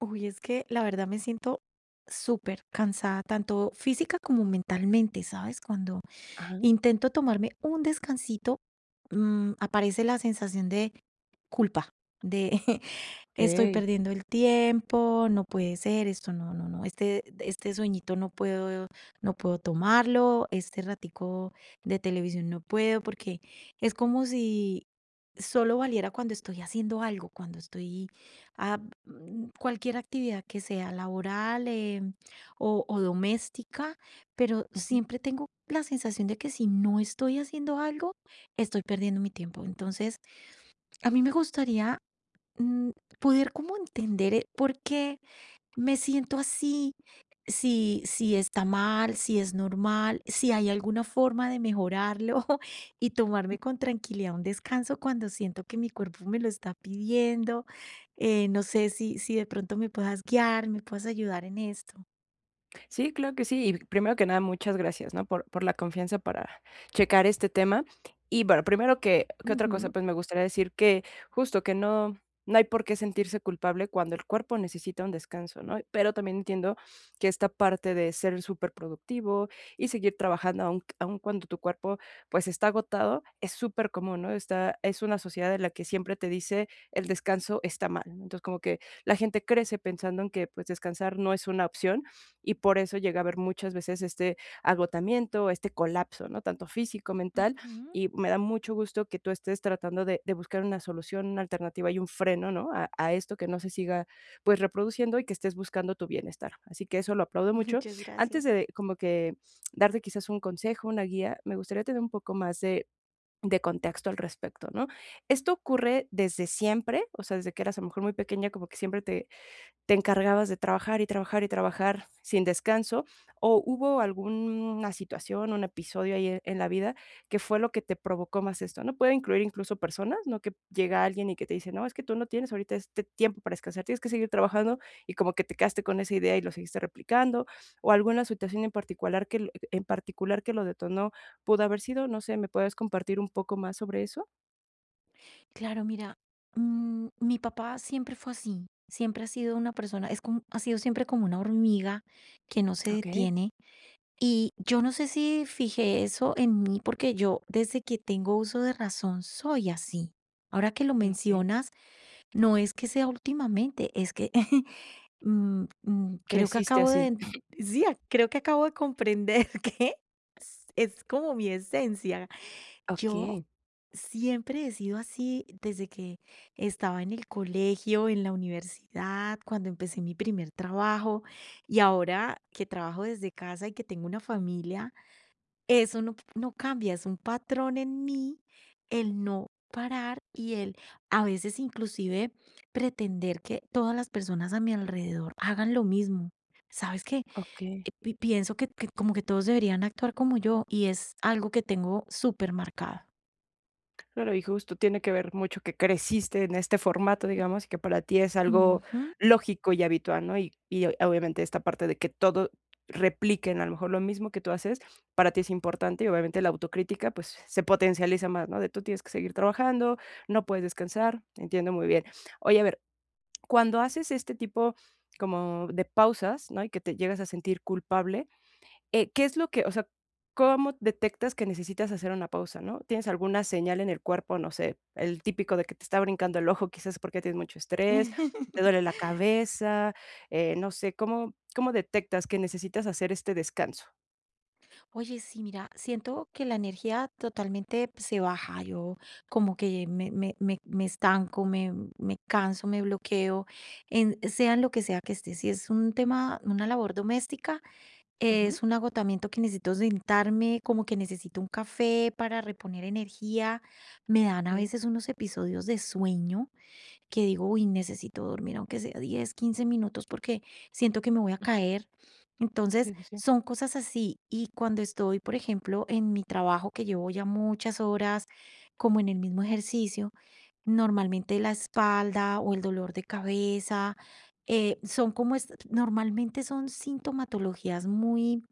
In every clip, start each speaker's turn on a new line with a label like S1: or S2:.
S1: Uy, es que la verdad me siento súper cansada, tanto física como mentalmente, ¿sabes? Cuando
S2: Ah,
S1: intento tomarme un descansito, aparece la sensación de culpa, de estoy
S2: okey.
S1: perdiendo el tiempo, no puede ser, esto no, no, no, este sueñito no puedo, no puedo tomarlo, este ratico de televisión no puedo, porque es como si solo valiera cuando estoy haciendo algo, cuando estoy a cualquier actividad que sea laboral o doméstica, pero
S2: Ujú.
S1: siempre tengo la sensación de que si no estoy haciendo algo, estoy perdiendo mi tiempo. Entonces, a mí me gustaría mm, poder como entender por qué me siento así, si está mal, si es normal, si hay alguna forma de mejorarlo y tomarme con tranquilidad un descanso cuando siento que mi cuerpo me lo está pidiendo. No sé si de pronto me puedas guiar, me puedas ayudar en esto.
S2: Sí, claro que sí. Y primero que nada, muchas gracias, ¿no? Por la confianza para checar este tema. Y bueno, primero que otra cosa,
S1: Ujú.
S2: pues me gustaría decir que justo que no hay por qué sentirse culpable cuando el cuerpo necesita un descanso, ¿no? Pero también entiendo que esta parte de ser súper productivo y seguir trabajando aun cuando tu cuerpo pues está agotado, es súper común, ¿no? Es una sociedad en la que siempre te dice el descanso está mal, ¿no? Entonces como que la gente crece pensando en que pues descansar no es una opción y por eso llega a haber muchas veces este agotamiento, este colapso, ¿no? Tanto físico, mental,
S1: Ujú.
S2: y me da mucho gusto que tú estés tratando de buscar una solución, una alternativa y un freno, ¿no? A esto que no se siga, pues, reproduciendo y que estés buscando tu bienestar. Así que eso lo aplaudo mucho.
S1: Muchas
S2: Antes
S1: gracias.
S2: de como que darte quizás un consejo, una guía, me gustaría tener un poco más de contexto al respecto, ¿no? ¿Esto ocurre desde siempre? O sea, desde que eras a lo mejor muy pequeña, como que siempre te encargabas de trabajar y trabajar y trabajar sin descanso, o hubo alguna situación, un episodio ahí en la vida que fue lo que te provocó más esto, ¿no? Puede incluir incluso personas, ¿no? Que llega alguien y que te dice, no, es que tú no tienes ahorita este tiempo para descansar, tienes que seguir trabajando y como que te quedaste con esa idea y lo seguiste replicando, o alguna situación en particular que, en particular que lo detonó, pudo haber sido, no sé, ¿me puedes compartir un poco más sobre eso?
S1: Claro, mira, mi papá siempre fue así, siempre ha sido una persona, es como, ha sido siempre como una hormiga que no se
S2: Ok,
S1: detiene. Y yo no sé si fijé eso en mí, porque yo desde que tengo uso de razón soy así. Ahora que lo
S2: ok.
S1: mencionas, no es que sea últimamente, es que creo que
S2: Creciste
S1: acabo
S2: así.
S1: de, sí, creo que acabo de comprender que es como mi esencia.
S2: Ok,
S1: Yo siempre he sido así desde que estaba en el colegio, en la universidad, cuando empecé mi primer trabajo y ahora que trabajo desde casa y que tengo una familia, eso no, no cambia, es un patrón en mí el no parar y el a veces inclusive pretender que todas las personas a mi alrededor hagan lo mismo. ¿Sabes qué?
S2: ok.
S1: Pienso que como que todos deberían actuar como yo y es algo que tengo súper marcado.
S2: Claro, y justo tiene que ver mucho que creciste en este formato, digamos, y que para ti es algo
S1: Ujú.
S2: lógico y habitual, ¿no? Obviamente esta parte de que todo repliquen a lo mejor lo mismo que tú haces, para ti es importante y obviamente la autocrítica, pues, se potencializa más, ¿no? De tú tienes que seguir trabajando, no puedes descansar, entiendo muy bien. Oye, a ver, cuando haces este tipo como de pausas, ¿no? Y que te llegas a sentir culpable, ¿qué es lo que, o sea, cómo detectas que necesitas hacer una pausa, ¿no? ¿Tienes alguna señal en el cuerpo? No sé, el típico de que te está brincando el ojo, quizás porque tienes mucho estrés, te duele la cabeza, no sé, ¿cómo detectas que necesitas hacer este descanso?
S1: Oye, sí, mira, siento que la energía totalmente pues, se baja, yo como que me estanco, me canso, me bloqueo, sea en lo que sea que esté. Si es un tema, una labor doméstica,
S2: Ujú.
S1: es un agotamiento que necesito sentarme, como que necesito un café para reponer energía. Me dan a
S2: Bien,
S1: veces unos episodios de sueño que digo, uy, necesito dormir aunque sea 10, 15 minutos porque siento que me voy a caer. Entonces,
S2: sí, sí, sí.
S1: son cosas así. Y cuando estoy, por ejemplo, en mi trabajo que llevo ya muchas horas, como en el mismo ejercicio, normalmente la espalda o el dolor de cabeza, son como, normalmente son sintomatologías muy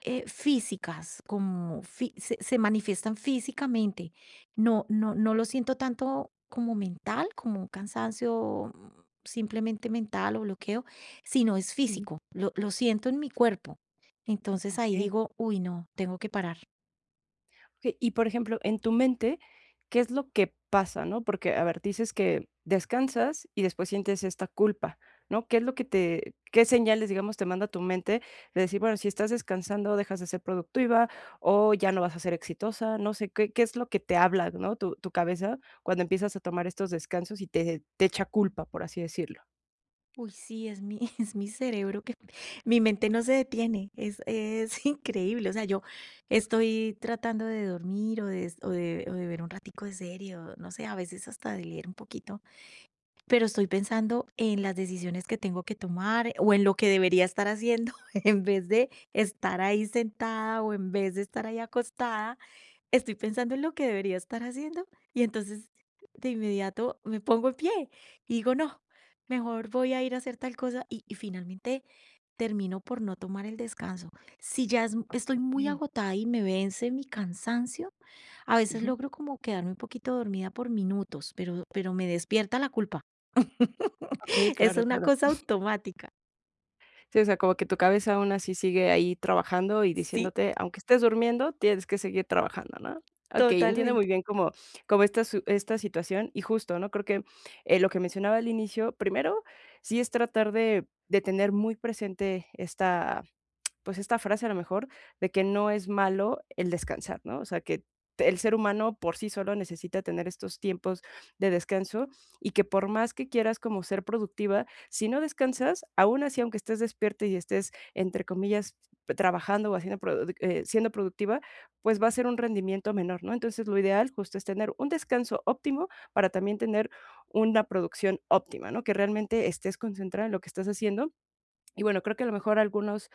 S1: físicas, como fí se manifiestan físicamente. No lo siento tanto como mental, como un cansancio simplemente mental o bloqueo, sino es
S2: Ujú.
S1: físico, lo siento en mi cuerpo. Entonces
S2: Ok.
S1: ahí digo: "Uy, no, tengo que parar".
S2: Okey, y por ejemplo, en tu mente, ¿qué es lo que pasa, ¿no? Porque, a ver, dices que descansas y después sientes esta culpa, ¿no? ¿Qué es lo que te qué señales, digamos, te manda tu mente de decir, bueno, si estás descansando, dejas de ser productiva o ya no vas a ser exitosa? No sé, ¿qué es lo que te habla, ¿no? Tu cabeza cuando empiezas a tomar estos descansos y te echa culpa, por así decirlo.
S1: Uy, sí, es mi es mi cerebro que mi mente no se detiene, es increíble. O sea, yo estoy tratando de dormir o de ver un ratico de serie o no sé, a veces hasta de leer un poquito pero estoy pensando en las decisiones que tengo que tomar o en lo que debería estar haciendo en vez de estar ahí sentada o en vez de estar ahí acostada. Estoy pensando en lo que debería estar haciendo y entonces de inmediato me pongo en pie y digo, no, mejor voy a ir a hacer tal cosa y finalmente termino por no tomar el descanso. Si ya estoy
S2: Okey.
S1: muy agotada y me vence mi cansancio, a veces
S2: Ujú.
S1: logro como quedarme un poquito dormida por minutos, pero me despierta la culpa.
S2: Okey,
S1: Es
S2: claro,
S1: una
S2: claro.
S1: cosa automática.
S2: Sí, o sea, como que tu cabeza aún así sigue ahí trabajando y
S1: Sí,
S2: diciéndote, aunque estés durmiendo, tienes que seguir trabajando, ¿no? Okey, entiendo muy
S1: totalmente.
S2: bien como esta su esta situación y justo, ¿no? Creo que, lo que mencionaba al inicio, primero, sí es tratar de tener muy presente esta esta frase a lo mejor de que no es malo el descansar, ¿no? O sea, que el ser humano por sí solo necesita tener estos tiempos de descanso y que por más que quieras como ser productiva, si no descansas, aún así, aunque estés despierta y estés, entre comillas, trabajando o haciendo produ siendo productiva, pues va a ser un rendimiento menor, ¿no? Entonces, lo ideal justo es tener un descanso óptimo para también tener una producción óptima, ¿no? Que realmente estés concentrada en lo que estás haciendo y bueno, creo que a lo mejor algunas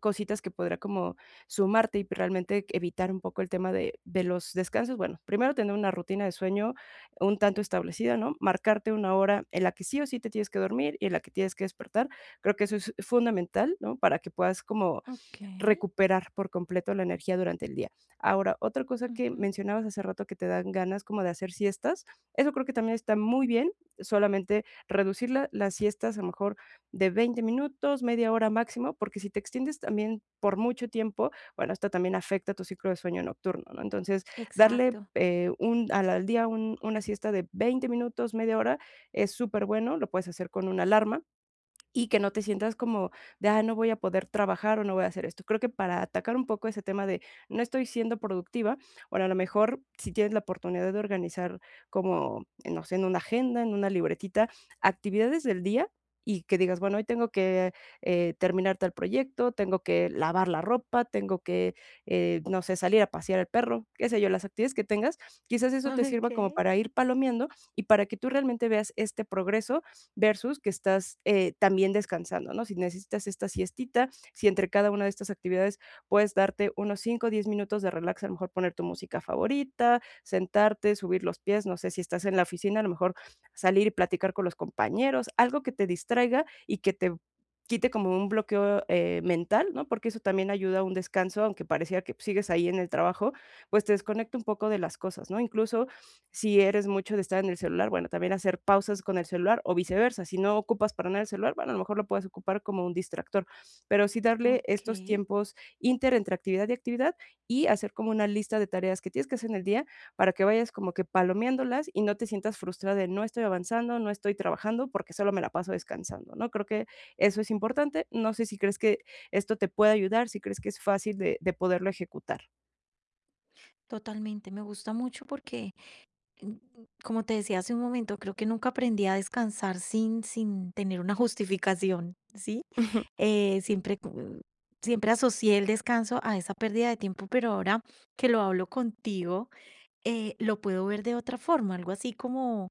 S2: cositas que podrá como sumarte y realmente evitar un poco el tema de los descansos. Bueno, primero tener una rutina de sueño un tanto establecida, ¿no? Marcarte una hora en la que sí o sí te tienes que dormir y en la que tienes que despertar. Creo que eso es fundamental, ¿no? Para que puedas como
S1: Ok.
S2: recuperar por completo la energía durante el día. Ahora, otra cosa que
S1: Ujú.
S2: mencionabas hace rato que te dan ganas como de hacer siestas, eso creo que también está muy bien, solamente reducir las siestas a lo mejor de 20 minutos, media hora máximo, porque si te extiendes también por mucho tiempo, bueno, esto también afecta tu ciclo de sueño nocturno, ¿no? Entonces, darle
S1: Exacto.
S2: al día una siesta de 20 minutos, media hora, es súper bueno, lo puedes hacer con una alarma y que no te sientas como de: "Ah, no voy a poder trabajar o no voy a hacer esto". Creo que para atacar un poco ese tema de no estoy siendo productiva, bueno, a lo mejor si tienes la oportunidad de organizar como, no sé, en una agenda, en una libretita, actividades del día y que digas: "Bueno, hoy tengo que, terminar tal proyecto, tengo que lavar la ropa, tengo que, no sé, salir a pasear al perro", qué sé yo, las actividades que tengas, quizás eso te sirva como
S1: Ok.
S2: para ir palomeando y para que tú realmente veas este progreso versus que estás también descansando, ¿no? Si necesitas esta siestita, si entre cada una de estas actividades puedes darte unos 5, o 10 minutos de relax, a lo mejor poner tu música favorita, sentarte, subir los pies, no sé si estás en la oficina, a lo mejor salir y platicar con los compañeros, algo que te distraiga y que te quite como un bloqueo mental, ¿no? Porque eso también ayuda a un descanso, aunque parecía que sigues ahí en el trabajo, pues te desconecta un poco de las cosas, ¿no? Incluso si eres mucho de estar en el celular, bueno, también hacer pausas con el celular o viceversa. Si no ocupas para nada el celular, bueno, a lo mejor lo puedes ocupar como un distractor, pero sí darle
S1: Ok.
S2: estos tiempos inter entre actividad y actividad y hacer como una lista de tareas que tienes que hacer en el día para que vayas como que palomeándolas y no te sientas frustrada de no estoy avanzando, no estoy trabajando porque solo me la paso descansando, ¿no? Creo que eso es importante. No sé si crees que esto te puede ayudar, si crees que es fácil de poderlo ejecutar.
S1: Totalmente, me gusta mucho porque, mm, como te decía hace un momento, creo que nunca aprendí a descansar sin tener una justificación, ¿sí?
S2: Ujú,
S1: Siempre, siempre asocié el descanso a esa pérdida de tiempo, pero ahora que lo hablo contigo, lo puedo ver de otra forma, algo así como,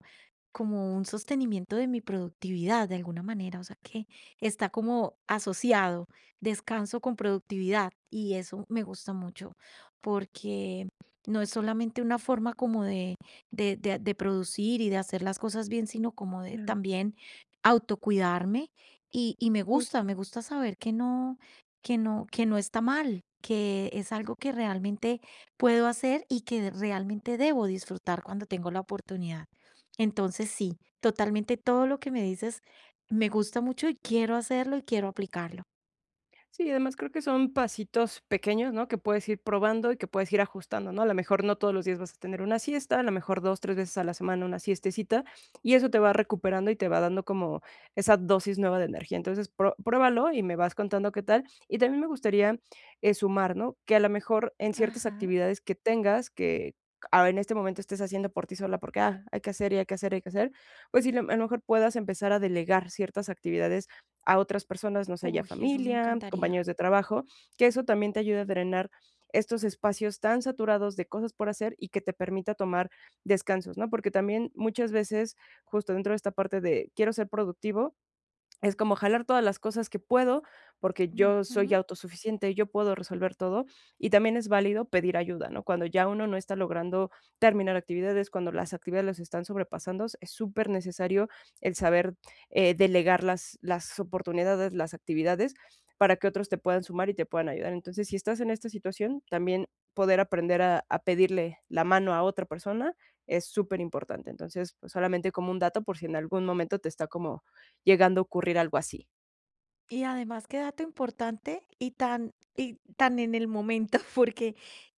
S1: como un sostenimiento de mi productividad de alguna manera, o sea que está como asociado descanso con productividad y eso me gusta mucho porque no es solamente una forma como de, de producir y de hacer las cosas bien, sino como de
S2: claro,
S1: también autocuidarme y
S2: justo.
S1: me gusta saber que no, que no está mal, que es algo que realmente puedo hacer y que realmente debo disfrutar cuando tengo la oportunidad. Entonces, sí, totalmente todo lo que me dices me gusta mucho y quiero hacerlo y quiero aplicarlo.
S2: Sí, además creo que son pasitos pequeños, ¿no? Que puedes ir probando y que puedes ir ajustando, ¿no? A lo mejor no todos los días vas a tener una siesta, a lo mejor 2 3 veces a la semana una siestecita, y eso te va recuperando y te va dando como esa dosis nueva de energía. Entonces, pro pruébalo y me vas contando qué tal. Y también me gustaría, sumar, ¿no? Que a lo mejor en ciertas
S1: Ajá.
S2: actividades que tengas, que a en este momento estés haciendo por ti sola porque, ah, hay que hacer, y hay que hacer, pues sí, a lo mejor puedas empezar a delegar ciertas actividades a otras personas, no sé, ya
S1: Uy, eso me
S2: familia,
S1: encantaría.
S2: compañeros de trabajo, que eso también te ayude a drenar estos espacios tan saturados de cosas por hacer y que te permita tomar descansos, ¿no? Porque también muchas veces, justo dentro de esta parte de quiero ser productivo, es como jalar todas las cosas que puedo, porque yo soy
S1: Ujú.
S2: autosuficiente, yo puedo resolver todo, y también es válido pedir ayuda, ¿no? Cuando ya uno no está logrando terminar actividades, cuando las actividades los están sobrepasando, es súper necesario el saber, delegar las oportunidades, las actividades, para que otros te puedan sumar y te puedan ayudar. Entonces, si estás en esta situación, también poder aprender a pedirle la mano a otra persona es súper importante. Entonces, pues, solamente como un dato por si en algún momento te está como llegando a ocurrir algo así.
S1: Y además, qué dato importante y tan en el momento, porque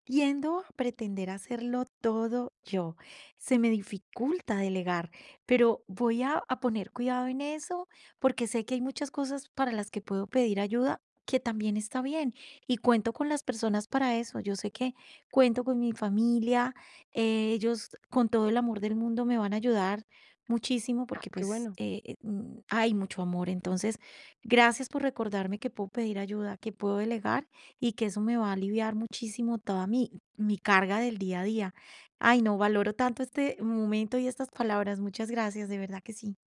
S1: tiendo a pretender hacerlo todo yo. Se me dificulta delegar, pero voy a poner cuidado en eso porque sé que hay muchas cosas para las que puedo pedir ayuda, que también está bien. Y cuento con las personas para eso. Yo sé que cuento con mi familia, ellos con todo el amor del mundo me van a ayudar muchísimo
S2: Ah,
S1: porque
S2: qué
S1: pues
S2: bueno.
S1: hay mucho amor. Entonces, gracias por recordarme que puedo pedir ayuda, que puedo delegar y que eso me va a aliviar muchísimo toda mi, mi carga del día a día. Ay, no, valoro tanto este momento y estas palabras. Muchas gracias, de verdad que sí.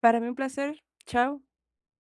S2: Para mí un placer. Chao.